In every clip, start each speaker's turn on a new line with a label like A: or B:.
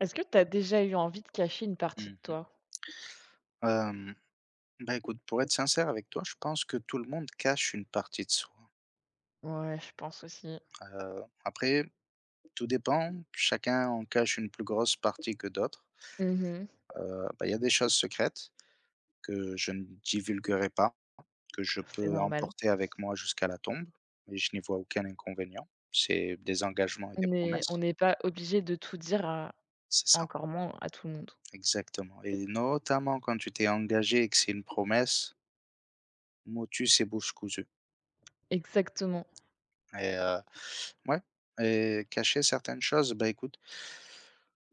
A: Est-ce que tu as déjà eu envie de cacher une partie de
B: Mmh mh.
A: toi?
B: Bah, écoute, pour être sincère avec toi, je pense que tout le monde cache une partie de soi.
A: Ouais, je pense aussi.
B: Après, tout dépend, chacun en cache une plus grosse partie que d'autres.
A: Mmh.
B: Bah, il y a des choses secrètes que je ne divulguerai pas, que je
A: C'est
B: peux
A: normal.
B: emporter avec moi jusqu'à la tombe, et je n'y vois aucun inconvénient. C'est des engagements et des
A: On est on
B: promesses.
A: n'est pas obligé de tout dire à
B: C'est ça,
A: encore moins à tout le monde.
B: exactement, et notamment quand tu t'es engagé et que c'est une promesse, motus et bouche cousue.
A: Exactement.
B: Et ouais, et cacher certaines choses, bah, écoute,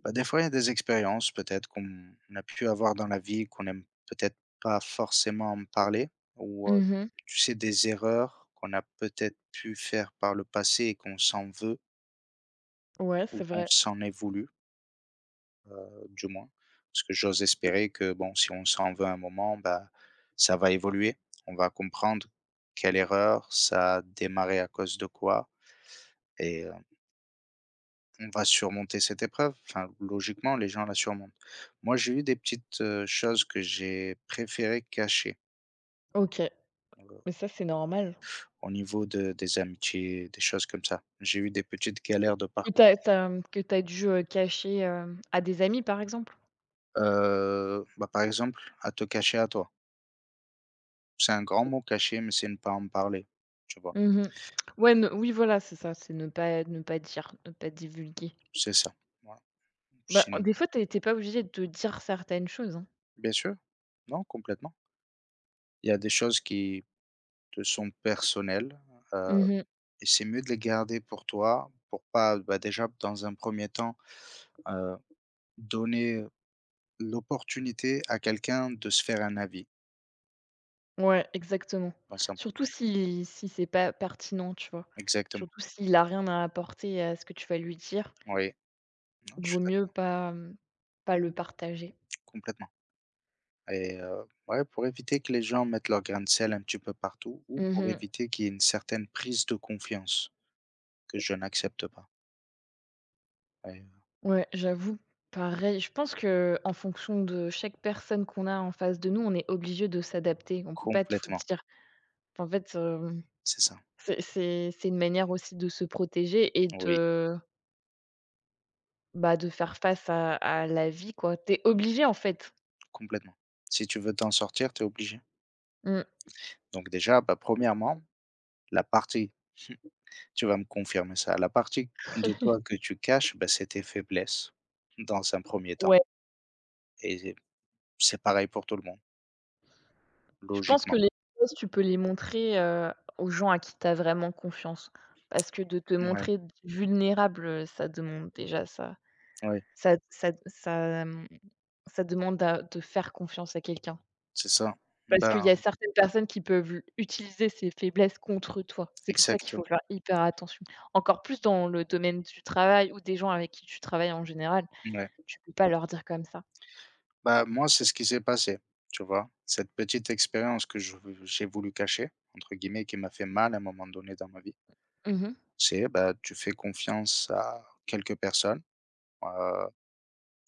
B: bah, des fois, il y a des expériences peut-être qu'on a pu avoir dans la vie qu'on aime peut-être pas forcément en parler ou,
A: Mmh.
B: tu sais, des erreurs qu'on a peut-être pu faire par le passé et qu'on s'en veut
A: Ouais, c'est
B: ou qu'on
A: vrai.
B: s'en est voulu, du moins. Parce que j'ose espérer que, bon, si on s'en veut un moment, bah, ça va évoluer. On va comprendre quelle erreur, ça a démarré à cause de quoi, et on va surmonter cette épreuve. Enfin, logiquement, les gens la surmontent. Moi, j'ai eu des petites, choses que j'ai préféré cacher,
A: OK,
B: heu,
A: mais ça, c'est normal.
B: au niveau de des amitiés, des choses comme ça. J'ai eu des petites galères de
A: Que
B: parcours.
A: t'as as Que tu dû, cacher, à des amis, par exemple?
B: Bah, par exemple, à te cacher à toi. C'est un grand mot caché, mais c'est ne pas en parler, tu vois?
A: Mmh. Ouais, ne oui, voilà, c'est ça, c'est ne pas dire, ne pas divulguer.
B: C'est ça, voilà.
A: Bah,
B: Sinon,
A: des fois, t'es es pas obligé de dire certaines choses, hein.
B: bien sûr, non, complètement. Il y a des choses qui te sont personnelles, heu,
A: Mmh.
B: et c'est mieux de les garder pour toi, pour pas, bah, déjà dans un premier temps, euh, donner l'opportunité à quelqu'un de se faire un avis,
A: Ouais, exactement.
B: dans un
A: Surtout
B: premier temps.
A: si c'est pas pertinent, tu vois?
B: Exactement,
A: Surtout s'il a rien à apporter à ce que tu vas lui dire,
B: oui. Non, je
A: vaut
B: suis
A: mieux
B: d'accord,
A: pas, pas le partager.
B: complètement. Et ouais, pour éviter que les gens mettent leur grain de sel un petit peu partout, ou pour
A: Mmh.
B: éviter qu'il y ait une certaine prise de confiance que je n'accepte pas. Ouais, ouais.
A: Ouais, j'avoue, pareil. Je pense que en fonction de chaque personne qu'on a en face de nous, on est obligé de s'adapter. On peut pas tout
B: Complètement,
A: dire. En fait,
B: c'est ça.
A: c'est une manière aussi de se protéger et
B: Oui,
A: de, bah, de faire face à la vie, quoi. T'es obligé, en fait.
B: complètement. Si tu veux t'en sortir, tu es obligé.
A: Mmh.
B: Donc déjà, bah, premièrement, la partie tu vas me confirmer ça, la partie de toi que tu caches, bah, c'est tes faiblesses, dans un premier temps.
A: Ouais.
B: Et c'est pareil pour tout le monde,
A: Je pense que
B: logiquement.
A: les choses, tu peux les montrer, aux gens à qui tu as vraiment confiance. Parce que de te
B: Ouais,
A: montrer vulnérable, ça demande déjà ça
B: ouais,
A: ça ça ça, mmh, ça demande à de faire confiance à quelqu'un.
B: c'est ça.
A: Parce qu'il
B: Ben,
A: y a certaines personnes qui peuvent utiliser ces faiblesses contre toi. C'est pour ça qu'il faut
B: exactement,
A: faire hyper attention. Encore plus dans le domaine du travail ou des gens avec qui tu travailles en général,
B: ouais.
A: tu peux pas leur dire comme ça.
B: Bah, moi, c'est ce qui s'est passé, tu vois? Cette petite expérience que je j'ai voulu «cacher», entre guillemets, qui m'a fait mal à un moment donné dans ma vie,
A: Mmh mh.
B: c'est, bah, tu fais confiance à quelques personnes, heu,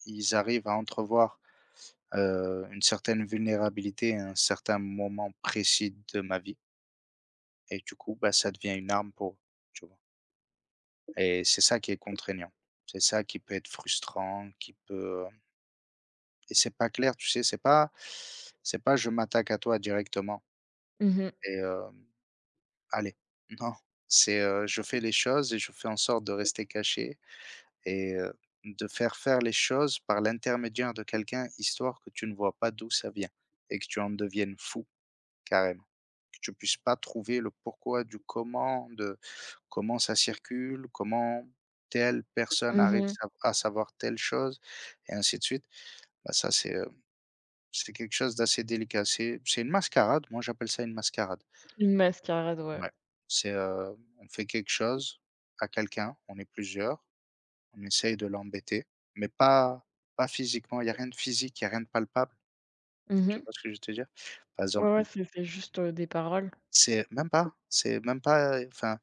B: ils arrivent à entrevoir, une certaine vulnérabilité à un certain moment précis de ma vie, et du coup, bah, ça devient une arme pour eux, tu vois? Et c'est ça qui est contraignant. C'est ça qui peut être frustrant, qui peut, et c'est pas clair, tu sais? C'est pas je m'attaque à toi directement
A: Mmh.
B: et allez, non, je fais les choses et je fais en sorte de rester caché, et de faire faire les choses par l'intermédiaire de quelqu'un, histoire que tu ne vois pas d'où ça vient et que tu en deviennes fou, carrément. Que tu puisses pas trouver le pourquoi du comment de comment ça circule, comment telle personne arrive
A: Mmh.
B: savoir telle chose et ainsi de suite. Bah, ça, c'est quelque chose d'assez délicat. C'est une mascarade, moi j'appelle ça une mascarade.
A: Une mascarade, ouais.
B: Ouais. On fait quelque chose à quelqu'un, on est plusieurs, on essaye de l'embêter, mais pas physiquement, il y a rien de physique, il y a rien de palpable, tu
A: Mmh.
B: vois ce que je veux te dire? Par
A: Ouais,
B: exemple,
A: ouais, c'est juste, des paroles.
B: c'est même pas, enfin.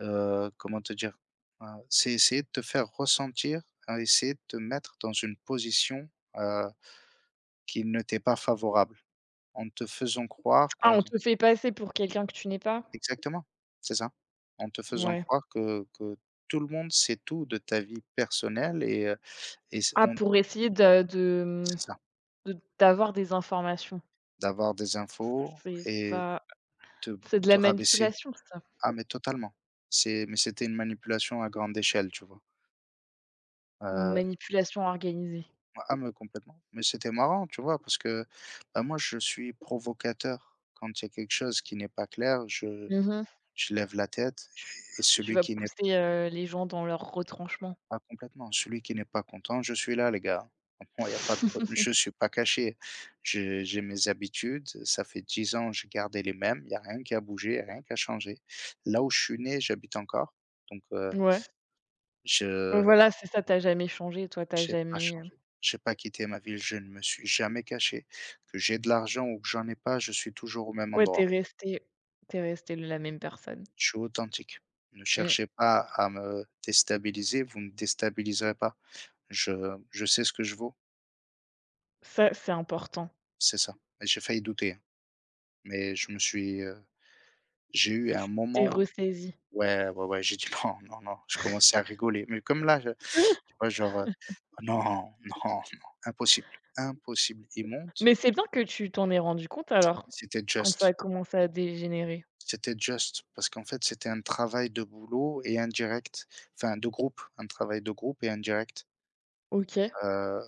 B: Comment te dire? C'est essayer de te faire ressentir, essayer de te mettre dans une position, heu, qui ne t'est pas favorable, en te faisant croire
A: Ah,
B: qu'on
A: on te fait passer pour quelqu'un que tu n'es pas?
B: exactement, c'est ça. En te faisant
A: Ouais.
B: croire que tout le monde sait tout de ta vie personnelle et s
A: Ah,
B: on
A: pour essayer de
B: c'est ça,
A: de d'avoir des informations.
B: d'avoir des infos
A: C'est
B: et
A: ça.
B: te
A: C'est de la
B: te rabaisser.
A: manipulation, ça.
B: Ah mais totalement. C'est mais c'était une manipulation à grande échelle, tu vois?
A: Une
B: Heu
A: manipulation organisée.
B: Ah mais complètement, mais c'était marrant, tu vois? Parce que, bah, moi, je suis provocateur. Quand il y a quelque chose qui n'est pas clair, je
A: Mmh mh.
B: je lève la tête
A: Tu
B: et
A: tu
B: celui
A: vas
B: qui n'est
A: pousser, les gens dans leurs retranchements.
B: pas complètement, celui qui n'est pas content, je suis là, les gars. Moi, il y a pas de co je suis pas caché. J'ai mes habitudes, ça fait 10 ans, j'ai gardé les mêmes, il n'y a rien qui a bougé, y a rien qui a changé. Là où je suis né, j'habite encore, donc
A: Ouais. Ouais,
B: je
A: voilà, c'est ça, tu as jamais changé, toi, tu as
B: j'ai pas
A: jamais,
B: changé. J'ai pas quitté ma ville, je ne me suis jamais caché. Que j'ai de l'argent ou que j'en ai pas, je suis toujours au même
A: ouais,
B: endroit.
A: tu es restée la même personne.
B: Je suis authentique. Ne
A: Mmh.
B: cherchez pas à me déstabiliser, vous ne déstabiliserez pas. Je je sais ce que je vaux,
A: Ça, c'est important.
B: c'est ça, et j'ai failli douter, hein, mais je me suis, j'ai eu un
A: Tu t'es
B: moment.
A: ressaisie.
B: Ouais, ouais, ouais, j'ai dit: «Non, non, non», je commençais à rigoler, mais comme là, je tu vois, genre, «Non, non, non, impossible, impossible, il monte».
A: Mais c'est bien que tu t'en aies rendu compte alors,
B: C'était
A: quand ça a
B: Just.
A: commencé à dégénérer?
B: C'était Just, parce qu'en fait, c'était un travail de boulot et indirect, enfin de groupe, un travail de groupe et indirect.
A: OK.
B: Heu,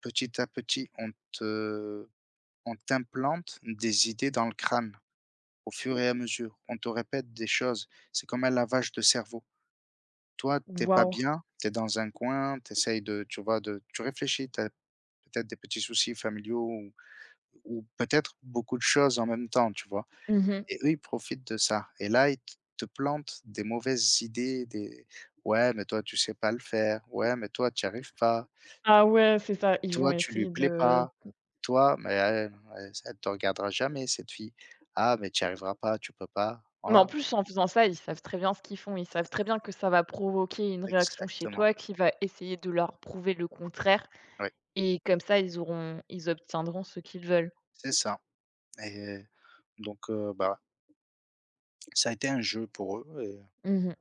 B: Petit à petit, on te on t'implante des idées dans le crâne au fur et à mesure. On te répète des choses. C'est comme un lavage de cerveau. Toi, t'es pas
A: Waouh.
B: bien, t'es dans un coin, t'essayes de tu vois, de tu réfléchis, t'as peut-être des petits soucis familiaux ou peut-être beaucoup de choses en même temps, tu vois?
A: Mmh.
B: Et eux, ils profitent de ça et là, ils t te plantent des mauvaises idées, des: «Ouais, mais toi, tu sais pas le faire. Ouais, mais toi, tu y arrives pas.
A: Ah ouais, c'est ça, ils vont
B: Toi, tu lui
A: essayer
B: plais
A: de
B: pas. Toi, mais elle te regardera jamais, cette fille. Ah, mais tu y arriveras pas, tu peux pas.»
A: mais en
B: Voilà,
A: plus, en faisant ça, ils savent très bien ce qu'ils font. Ils savent très bien que ça va provoquer une réaction chez
B: exactement.
A: toi qui va essayer de leur prouver le contraire
B: Oui,
A: et comme ça, ils obtiendront ce qu'ils veulent.
B: c'est ça, et donc bah, ça a été un jeu pour eux et
A: Mmh.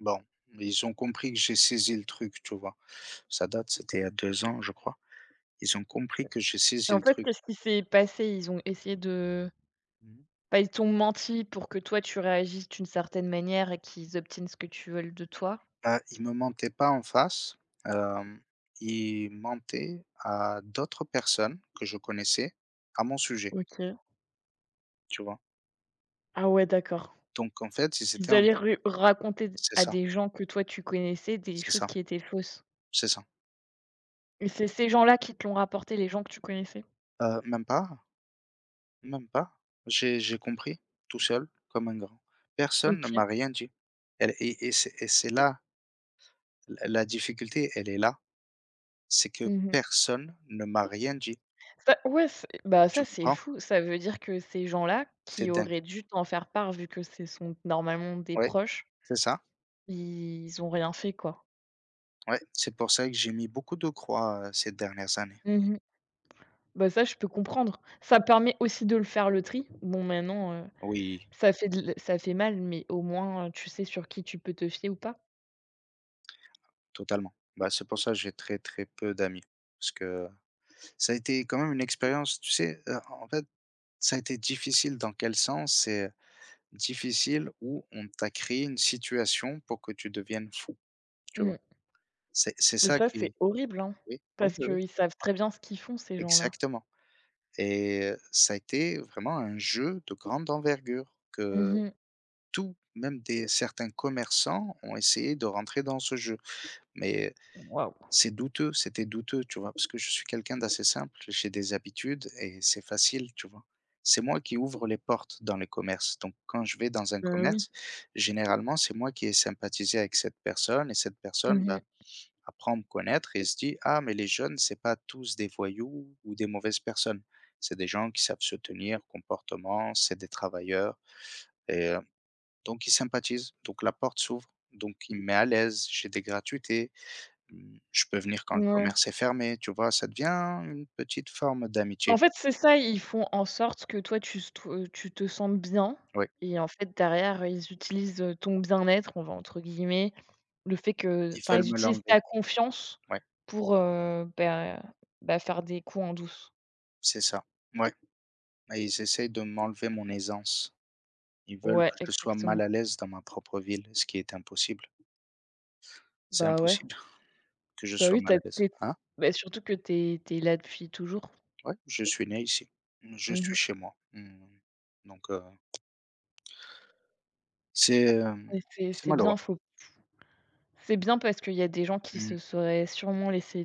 B: bon, ils ont compris que j'ai saisi le truc, tu vois? Ça date, c'était il y a 2 ans, je crois. Ils ont compris que j'ai
A: Et
B: saisi
A: en
B: le
A: fait,
B: truc.
A: qu'est-ce qui s'est passé? Ils ont essayé de
B: Mmh.
A: bah, ils t'ont menti pour que toi, tu réagisses d'une certaine manière et qu'ils obtiennent ce que tu veux de toi?
B: Bah, il me mentait pas en face, hem, il mentait à d'autres personnes que je connaissais à mon sujet,
A: OK.
B: tu vois?
A: Ah ouais, d'accord.
B: Donc en fait, ils étaient
A: Ils
B: en
A: allaient
B: train.
A: ru raconter d
B: C'est
A: à
B: ça,
A: des gens que toi tu connaissais des
B: c'est
A: choses
B: ça,
A: qui étaient fausses
B: c'est ça.
A: et c'est ces gens-là qui te l'ont rapporté, les gens que tu connaissais?
B: Même pas, même pas. J'ai compris tout seul comme un grand. Personne ne
A: OK.
B: m'a rien dit. Elle et c'est là, la difficulté, elle est là, c'est que
A: Mmh.
B: personne ne m'a rien dit,
A: Ça ouais, c'est bah, ça,
B: tu
A: c'est
B: comprends?
A: fou. Ça veut dire que ces gens-là, qui
B: C'est dingue.
A: auraient dû t'en faire part vu que ce sont normalement des
B: Ouais,
A: proches,
B: c'est ça,
A: ils ont rien fait, quoi.
B: ouais, c'est pour ça que j'ai mis beaucoup de croix, ces dernières années.
A: Mmh. Bah, ça, je peux comprendre. Ça permet aussi de le faire le tri. Bon, maintenant,
B: Oui,
A: ça fait mal, mais au moins, tu sais sur qui tu peux te fier ou pas.
B: totalement. Bah, c'est pour ça que j'ai très, très peu d'amis. Parce que ça a été quand même une expérience, tu sais, en fait, ça a été difficile dans quel sens? C'est difficile où on t'a créé une situation pour que tu deviennes fou, tu vois?
A: Mmh.
B: C'est
A: Mais
B: ça
A: ça,
B: qui
A: c'est
B: est
A: horrible, hein,
B: oui, oui,
A: parce
B: oui, oui,
A: qu'ils savent très bien ce qu'ils font, ces gens-là.
B: exactement, et ça a été vraiment un jeu de grande envergure
A: Mmh
B: que
A: mh.
B: tout, même des certains commerçants ont essayé de rentrer dans ce jeu, mais
A: Waouh!
B: c'est douteux, c'était douteux, tu vois? Parce que je suis quelqu'un d'assez simple, j'ai des habitudes et c'est facile, tu vois? C'est moi qui ouvre les portes dans les commerces. Donc, quand je vais dans un
A: Bah, oui.
B: commerce, généralement, c'est moi qui ai sympathisé avec cette personne, et cette personne,
A: Mmh
B: bah,
A: mh.
B: apprend à me connaître et se dit: «Ah, mais les jeunes, c'est pas tous des voyous ou des mauvaises personnes. C'est des gens qui savent se tenir, comportement, c'est des travailleurs», et donc ils sympathisent. Donc la porte s'ouvre, donc il me met à l'aise, j'ai des gratuités. Mmh, je peux venir quand le
A: Ouais.
B: commerce est fermé, tu vois? Ça devient une petite forme
A: En
B: d'amitié.
A: fait, c'est ça, ils font en sorte que toi, tu te sentes bien
B: Oui,
A: et en fait, derrière, ils utilisent, ton «bien-être», on va entre guillemets, le fait que
B: ils
A: enfin,
B: veulent
A: ils
B: me
A: utilisent
B: l'enlever.
A: ta confiance
B: Ouais,
A: pour, bah bah, faire des coups en douce.
B: c'est ça. Ouais, et ils essayent de m'enlever mon aisance. Ils veulent
A: Ouais,
B: que je sois mal
A: exactement.
B: à l'aise dans ma propre ville, ce qui est impossible. C'est
A: Bah, ouais.
B: impossible que je
A: Bah,
B: sois
A: oui, tu
B: mal à
A: as
B: l'aise.
A: tu es
B: Hein?
A: bah, surtout que tu es là depuis toujours.
B: Ouais, je suis né ici. Mmh, je
A: Mmh
B: suis
A: mh.
B: chez moi. Mmh, donc c'est,
A: Et
B: hem, c'est
A: c'est
B: malheureux.
A: bien, faut c'est bien parce qu'il y a des gens qui
B: Mmh.
A: se seraient sûrement laissés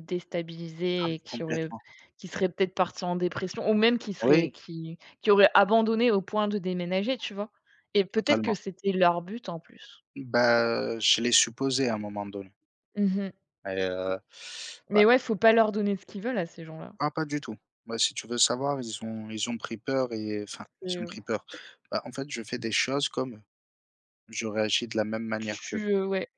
B: Ah
A: déstabiliser
B: mais
A: et qui auraient
B: complètement.
A: qui seraient peut-être partis en dépression ou même
B: Oui,
A: qui auraient abandonné au point de déménager, tu vois? Et peut-être que
B: totalement.
A: c'était leur but en plus.
B: Bah, je l'ai supposé à un moment donné,
A: Mmh.
B: et ouais.
A: Mais ouais, faut pas leur donner ce qu'ils veulent à ces gens-là.
B: Ah pas du tout. Bah, si tu veux savoir, ils ont pris peur et enfin, ils
A: Et
B: ont pris peur. Bah, en fait, je fais des choses comme eux. Je réagis de la même manière qu'eux,
A: ouais,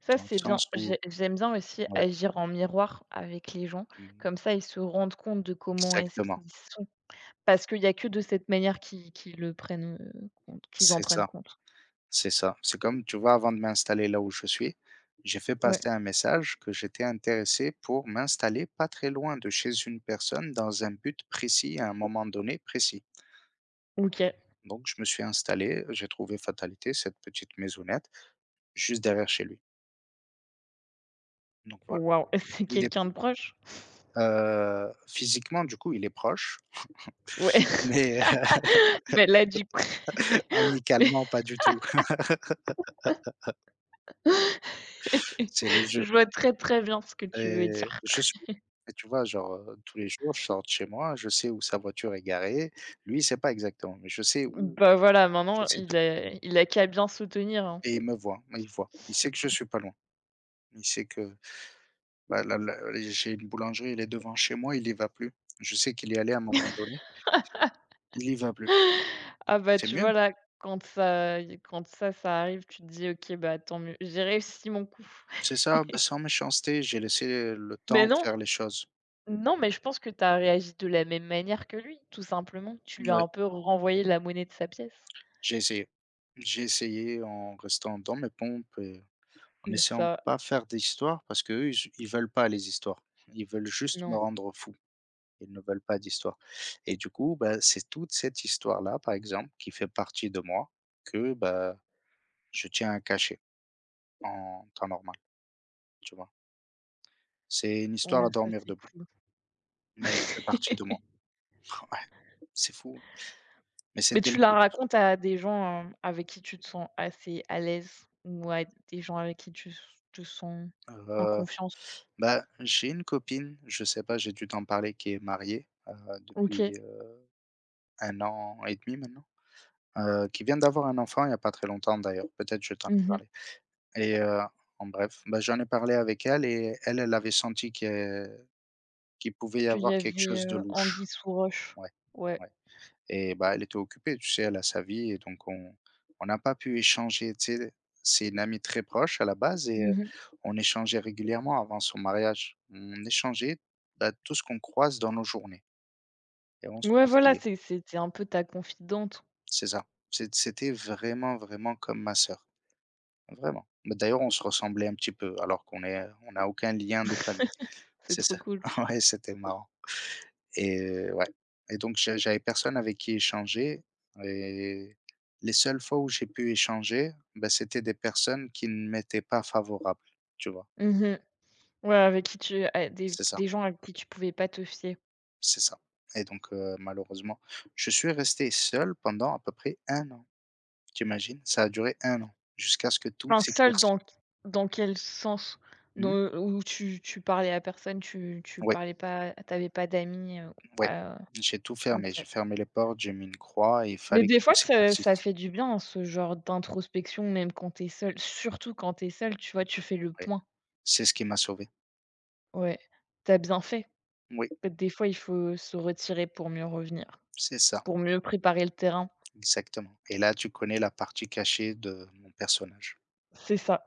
A: ça
B: dans le
A: c'est bien.
B: sens où
A: J'aime bien aussi
B: ouais,
A: agir en miroir avec les gens,
B: mmh,
A: comme ça ils se rendent compte de comment est-ce
B: exactement.
A: qu'ils sont. Parce qu'il y a que de cette manière qu'ils le prennent, compte qu'ils en
B: C'est
A: prennent
B: ça,
A: compte.
B: c'est ça. C'est comme, tu vois, avant de m'installer là où je suis, j'ai fait
A: Ouais.
B: passer un message que j'étais intéressé pour m'installer pas très loin de chez une personne dans un but précis, à un moment donné précis.
A: OK.
B: Donc je me suis installé, j'ai trouvé fatalité cette petite maisonnette juste derrière chez lui. Donc voilà.
A: Waouh! C'est
B: Il est
A: quelqu'un de proche?
B: Physiquement, du coup, il est proche,
A: Ouais,
B: mais
A: ben là, du coup, mais
B: amicalement, pas du tout. C'est le jeu
A: je vois très, très bien ce que tu veux
B: et
A: dire.
B: je suis et tu vois, genre, tous les jours, je sors de chez moi, je sais où sa voiture est garée. Lui, il sait pas exactement, mais je sais où,
A: Bah, voilà,
B: je
A: maintenant,
B: sais tout,
A: il a qu'à bien soutenir, hein.
B: et il me voit. Il sait que je suis pas loin. Il sait que, bah, là, j'ai une boulangerie, il est devant chez moi, il y va plus. Je sais qu'il y allait à un moment donné, il y va plus.
A: Ah, bah,
B: C'est
A: tu
B: mieux,
A: vois, là, quand ça arrive, tu te dis: «OK, bah, tant mieux, j'ai réussi mon coup».
B: c'est ça, bah, sans méchanceté, j'ai laissé le
A: Mais
B: temps
A: non,
B: faire les choses.
A: non, mais je pense que tu as réagi de la même manière que lui, tout simplement. Tu lui as
B: Mouais.
A: un peu renvoyé la monnaie de sa pièce.
B: J'ai essayé. J'ai essayé en restant dans mes pompes et en
A: C'est
B: essayant de
A: ça.
B: pas faire d'histoire parce qu'eux, ils veulent pas les histoires. Ils veulent juste me
A: Non.
B: rendre fou. Ils ne veulent pas d'histoire, et du coup, bah, c'est toute cette histoire-là, par exemple, qui fait partie de moi que, bah, je tiens à cacher en temps normal, tu vois? C'est une histoire
A: Ouais,
B: à
A: ça,
B: dormir
A: c'est
B: debout,
A: cool.
B: mais elle fait partie de moi. Ouais, c'est fou, hein, mais
A: Mais
B: c'était
A: tu
B: le
A: la
B: but.
A: racontes à des gens, avec qui tu te sens assez à l'aise ou à des gens avec qui tu s te sens en
B: Heu,
A: confiance?
B: Bah, j'ai une copine, je sais pas, j'ai dû t'en parler, qui est mariée, depuis,
A: OK.
B: 1 an et demi maintenant, qui vient d'avoir un enfant il y a pas très longtemps d'ailleurs, peut-être je t'en ai
A: Mmh.
B: parlé, et en bref, bah, j'en ai parlé avec elle, et elle, elle avait senti que qu'il pouvait y
A: Qu'il y
B: avoir quelque
A: avait,
B: chose de
A: anguille
B: louche.
A: sous roche.
B: Ouais,
A: Ouais.
B: ouais, et bah, elle était occupée, tu sais, elle a sa vie, et donc on n'a pas pu échanger, tu sais? C'est une amie très proche à la base, et
A: Mmh.
B: on échangeait régulièrement avant son mariage. On échangeait, bah, tout ce qu'on croise dans nos journées, et on se
A: Ouais, voilà,
B: conseillait.
A: c'était un peu ta confidente.
B: C'est ça. C'était vraiment, vraiment comme ma sœur. Vraiment. Mais d'ailleurs, on se ressemblait un petit peu alors qu'on est on n'a aucun lien de famille.
A: C'est
B: C'est
A: trop
B: ça.
A: cool.
B: Ouais, c'était marrant, et ouais, et donc j'avais personne avec qui échanger, et les seules fois où j'ai pu échanger, bah, c'était des personnes qui ne m'étaient pas favorables, tu vois?
A: Mmh. Ouais, avec qui tu a
B: C'est ça,
A: des gens avec qui tu pouvais pas te fier.
B: c'est ça, et donc malheureusement, je suis resté seul pendant à peu près 1 an. T'imagines? Ça a duré 1 an jusqu'à ce que tout
A: Enfin, seul
B: s'éclaircisse.
A: dans quel sens? Dans
B: Oui.
A: où tu parlais à personne, tu parlais pas t'avais pas d'amis,
B: Ouais,
A: Ah,
B: j'ai tout
A: OK.
B: fermé. J'ai fermé les portes, j'ai mis une croix, et il
A: Mais
B: fallait que
A: des
B: tout
A: fois, ça
B: s'éclaircisse.
A: fait du bien, hein, ce genre d'introspection, même quand t'es seul. Surtout quand t'es seul, tu vois? Tu fais le
B: Oui,
A: point.
B: c'est ce qui m'a sauvé.
A: Ouais, t'as bien fait.
B: Oui,
A: Peut-être des fois, il faut se retirer pour mieux revenir,
B: c'est ça,
A: pour mieux préparer le terrain.
B: exactement. Et là, tu connais la partie cachée de mon personnage.
A: C'est ça.